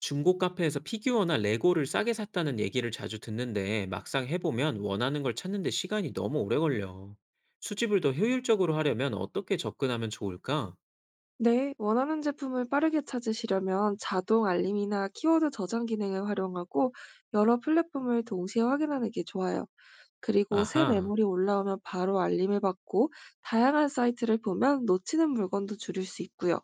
중고 카페에서 피규어나 레고를 싸게 샀다는 얘기를 자주 듣는데 막상 해보면 원하는 걸 찾는데 시간이 너무 오래 걸려. 수집을 더 효율적으로 하려면 어떻게 접근하면 좋을까? 네, 원하는 제품을 빠르게 찾으시려면 자동 알림이나 키워드 저장 기능을 활용하고 여러 플랫폼을 동시에 확인하는 게 좋아요. 그리고 새 아하, 매물이 올라오면 바로 알림을 받고 다양한 사이트를 보면 놓치는 물건도 줄일 수 있고요.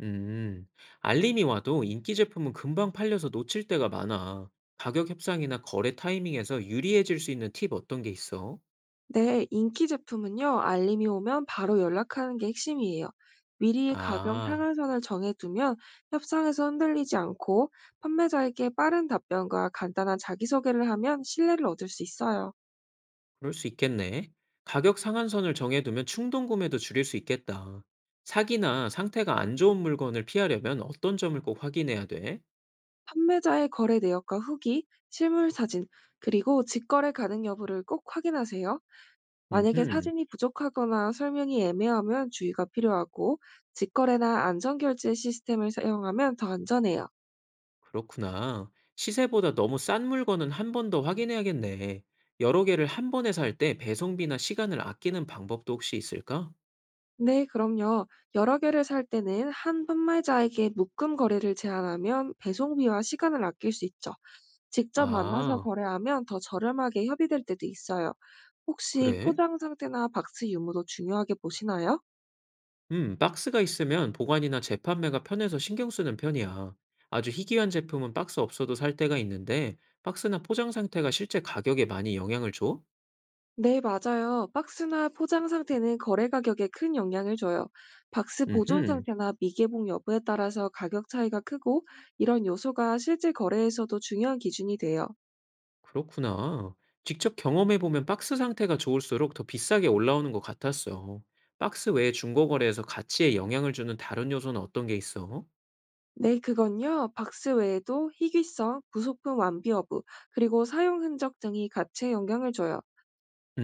음, 알림이 와도 인기 제품은 금방 팔려서 놓칠 때가 많아. 가격 협상이나 거래 타이밍에서 유리해질 수 있는 팁 어떤 게 있어? 네, 인기 제품은요, 알림이 오면 바로 연락하는 게 핵심이에요. 미리 가격 아. 상한선을 정해두면 협상에서 흔들리지 않고 판매자에게 빠른 답변과 간단한 자기소개를 하면 신뢰를 얻을 수 있어요. 그럴 수 있겠네. 가격 상한선을 정해두면 충동 구매도 줄일 수 있겠다. 사기나 상태가 안 좋은 물건을 피하려면 어떤 점을 꼭 확인해야 돼? 판매자의 거래 내역과 후기, 실물 사진, 그리고 직거래 가능 여부를 꼭 확인하세요. 만약에 음흠, 사진이 부족하거나 설명이 애매하면 주의가 필요하고, 직거래나 안전결제 시스템을 사용하면 더 안전해요. 그렇구나. 시세보다 너무 싼 물건은 한 번 더 확인해야겠네. 여러 개를 한 번에 살 때 배송비나 시간을 아끼는 방법도 혹시 있을까? 네, 그럼요. 여러 개를 살 때는 한 판매자에게 묶음 거래를 제한하면 배송비와 시간을 아낄 수 있죠. 직접 만나서 아, 거래하면 더 저렴하게 협의될 때도 있어요. 혹시 그래? 포장 상태나 박스 유무도 중요하게 보시나요? 박스가 있으면 보관이나 재판매가 편해서 신경 쓰는 편이야. 아주 희귀한 제품은 박스 없어도 살 때가 있는데, 박스나 포장 상태가 실제 가격에 많이 영향을 줘? 네, 맞아요. 박스나 포장 상태는 거래 가격에 큰 영향을 줘요. 박스 보존 음흠, 상태나 미개봉 여부에 따라서 가격 차이가 크고 이런 요소가 실제 거래에서도 중요한 기준이 돼요. 그렇구나. 직접 경험해보면 박스 상태가 좋을수록 더 비싸게 올라오는 것 같았어. 박스 외에 중고거래에서 가치에 영향을 주는 다른 요소는 어떤 게 있어? 네, 그건요. 박스 외에도 희귀성, 부속품 완비 여부, 그리고 사용 흔적 등이 가치에 영향을 줘요.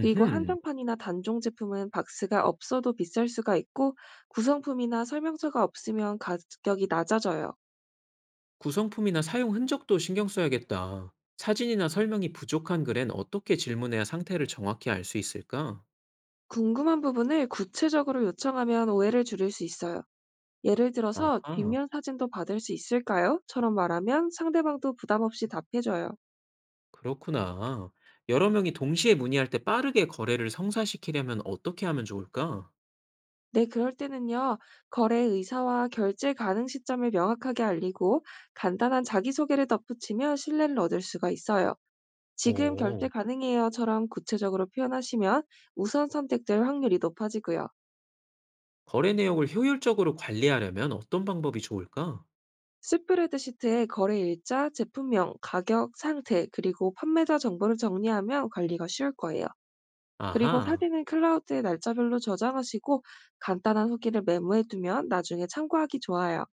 그리고 한정판이나 단종 제품은 박스가 없어도 비쌀 수가 있고 구성품이나 설명서가 없으면 가격이 낮아져요. 구성품이나 사용 흔적도 신경 써야겠다. 사진이나 설명이 부족한 글엔 어떻게 질문해야 상태를 정확히 알 수 있을까? 궁금한 부분을 구체적으로 요청하면 오해를 줄일 수 있어요. 예를 들어서 아하. 뒷면 사진도 받을 수 있을까요? 처럼 말하면 상대방도 부담 없이 답해줘요. 그렇구나. 여러 명이 동시에 문의할 때 빠르게 거래를 성사시키려면 어떻게 하면 좋을까? 네, 그럴 때는요, 거래 의사와 결제 가능 시점을 명확하게 알리고 간단한 자기소개를 덧붙이며 신뢰를 얻을 수가 있어요. 지금 결제 어, 가능해요처럼 구체적으로 표현하시면 우선 선택될 확률이 높아지고요. 거래 내역을 효율적으로 관리하려면 어떤 방법이 좋을까? 스프레드시트에 거래 일자, 제품명, 가격, 상태, 그리고 판매자 정보를 정리하면 관리가 쉬울 거예요. 그리고 아하, 사진은 클라우드에 날짜별로 저장하시고 간단한 후기를 메모해 두면 나중에 참고하기 좋아요.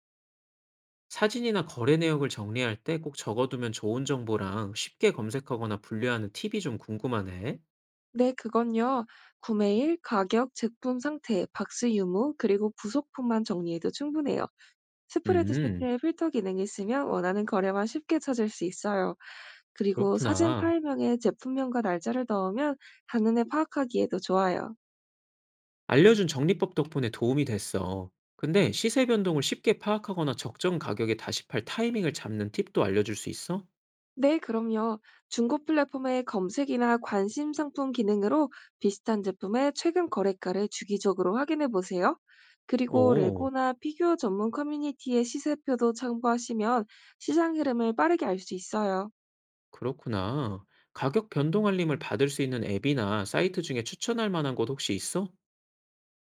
사진이나 거래 내역을 정리할 때 꼭 적어두면 좋은 정보랑 쉽게 검색하거나 분류하는 팁이 좀 궁금하네. 네, 그건요. 구매일, 가격, 제품 상태, 박스 유무, 그리고 부속품만 정리해도 충분해요. 음, 스프레드시트에 필터 기능이 있으면 원하는 거래만 쉽게 찾을 수 있어요. 그리고 사진 그렇구나. 파일명에 제품명과 날짜를 넣으면 한눈에 파악하기에도 좋아요. 알려준 정리법 덕분에 도움이 됐어. 근데 시세 변동을 쉽게 파악하거나 적정 가격에 다시 팔 타이밍을 잡는 팁도 알려줄 수 있어? 네, 그럼요. 중고 플랫폼의 검색이나 관심 상품 기능으로 비슷한 제품의 최근 거래가를 주기적으로 확인해 보세요. 그리고 오. 레고나 피규어 전문 커뮤니티의 시세표도 참고하시면 시장 흐름을 빠르게 알 수 있어요. 그렇구나. 가격 변동 알림을 받을 수 있는 앱이나 사이트 중에 추천할 만한 곳 혹시 있어?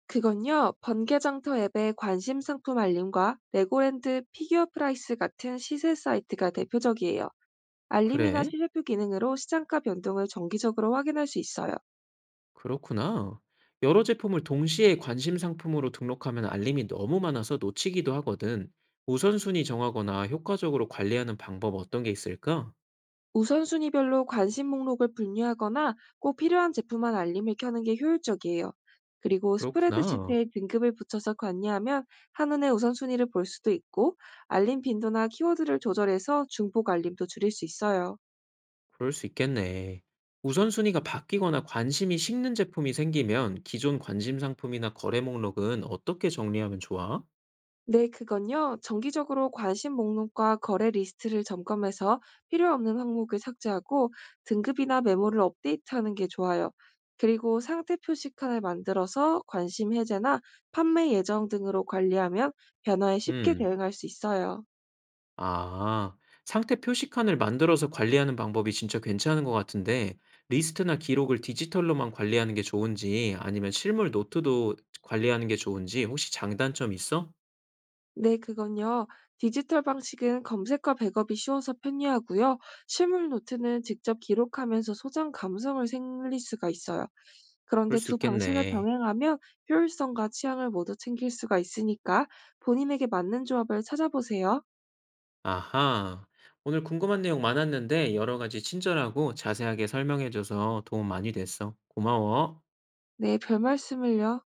그건요, 번개장터 앱의 관심 상품 알림과 레고랜드 피규어 프라이스 같은 시세 사이트가 대표적이에요. 알림이나 그래? 시세표 기능으로 시장가 변동을 정기적으로 확인할 수 있어요. 그렇구나. 여러 제품을 동시에 관심 상품으로 등록하면 알림이 너무 많아서 놓치기도 하거든. 우선순위 정하거나 효과적으로 관리하는 방법 어떤 게 있을까? 우선순위별로 관심 목록을 분류하거나 꼭 필요한 제품만 알림을 켜는 게 효율적이에요. 그리고 그렇구나. 스프레드시트에 등급을 붙여서 관리하면 한눈에 우선순위를 볼 수도 있고 알림 빈도나 키워드를 조절해서 중복 알림도 줄일 수 있어요. 그럴 수 있겠네. 우선순위가 바뀌거나 관심이 식는 제품이 생기면 기존 관심 상품이나 거래 목록은 어떻게 정리하면 좋아? 네, 그건요. 정기적으로 관심 목록과 거래 리스트를 점검해서 필요 없는 항목을 삭제하고 등급이나 메모를 업데이트하는 게 좋아요. 그리고 상태 표시칸을 만들어서 관심 해제나 판매 예정 등으로 관리하면 변화에 쉽게 음. 대응할 수 있어요. 아, 상태 표시칸을 만들어서 관리하는 방법이 진짜 괜찮은 것 같은데, 리스트나 기록을 디지털로만 관리하는 게 좋은지, 아니면 실물 노트도 관리하는 게 좋은지, 혹시 장단점 있어? 네, 그건요. 디지털 방식은 검색과 백업이 쉬워서 편리하고요. 실물 노트는 직접 기록하면서 소장 감성을 생릴 수가 있어요. 그럴 그런데 수 두 방식을 있겠네. 병행하며 효율성과 취향을 모두 챙길 수가 있으니까 본인에게 맞는 조합을 찾아보세요. 아하. 오늘 궁금한 내용 많았는데, 여러 가지 친절하고 자세하게 설명해줘서 도움 많이 됐어. 고마워. 네, 별 말씀을요.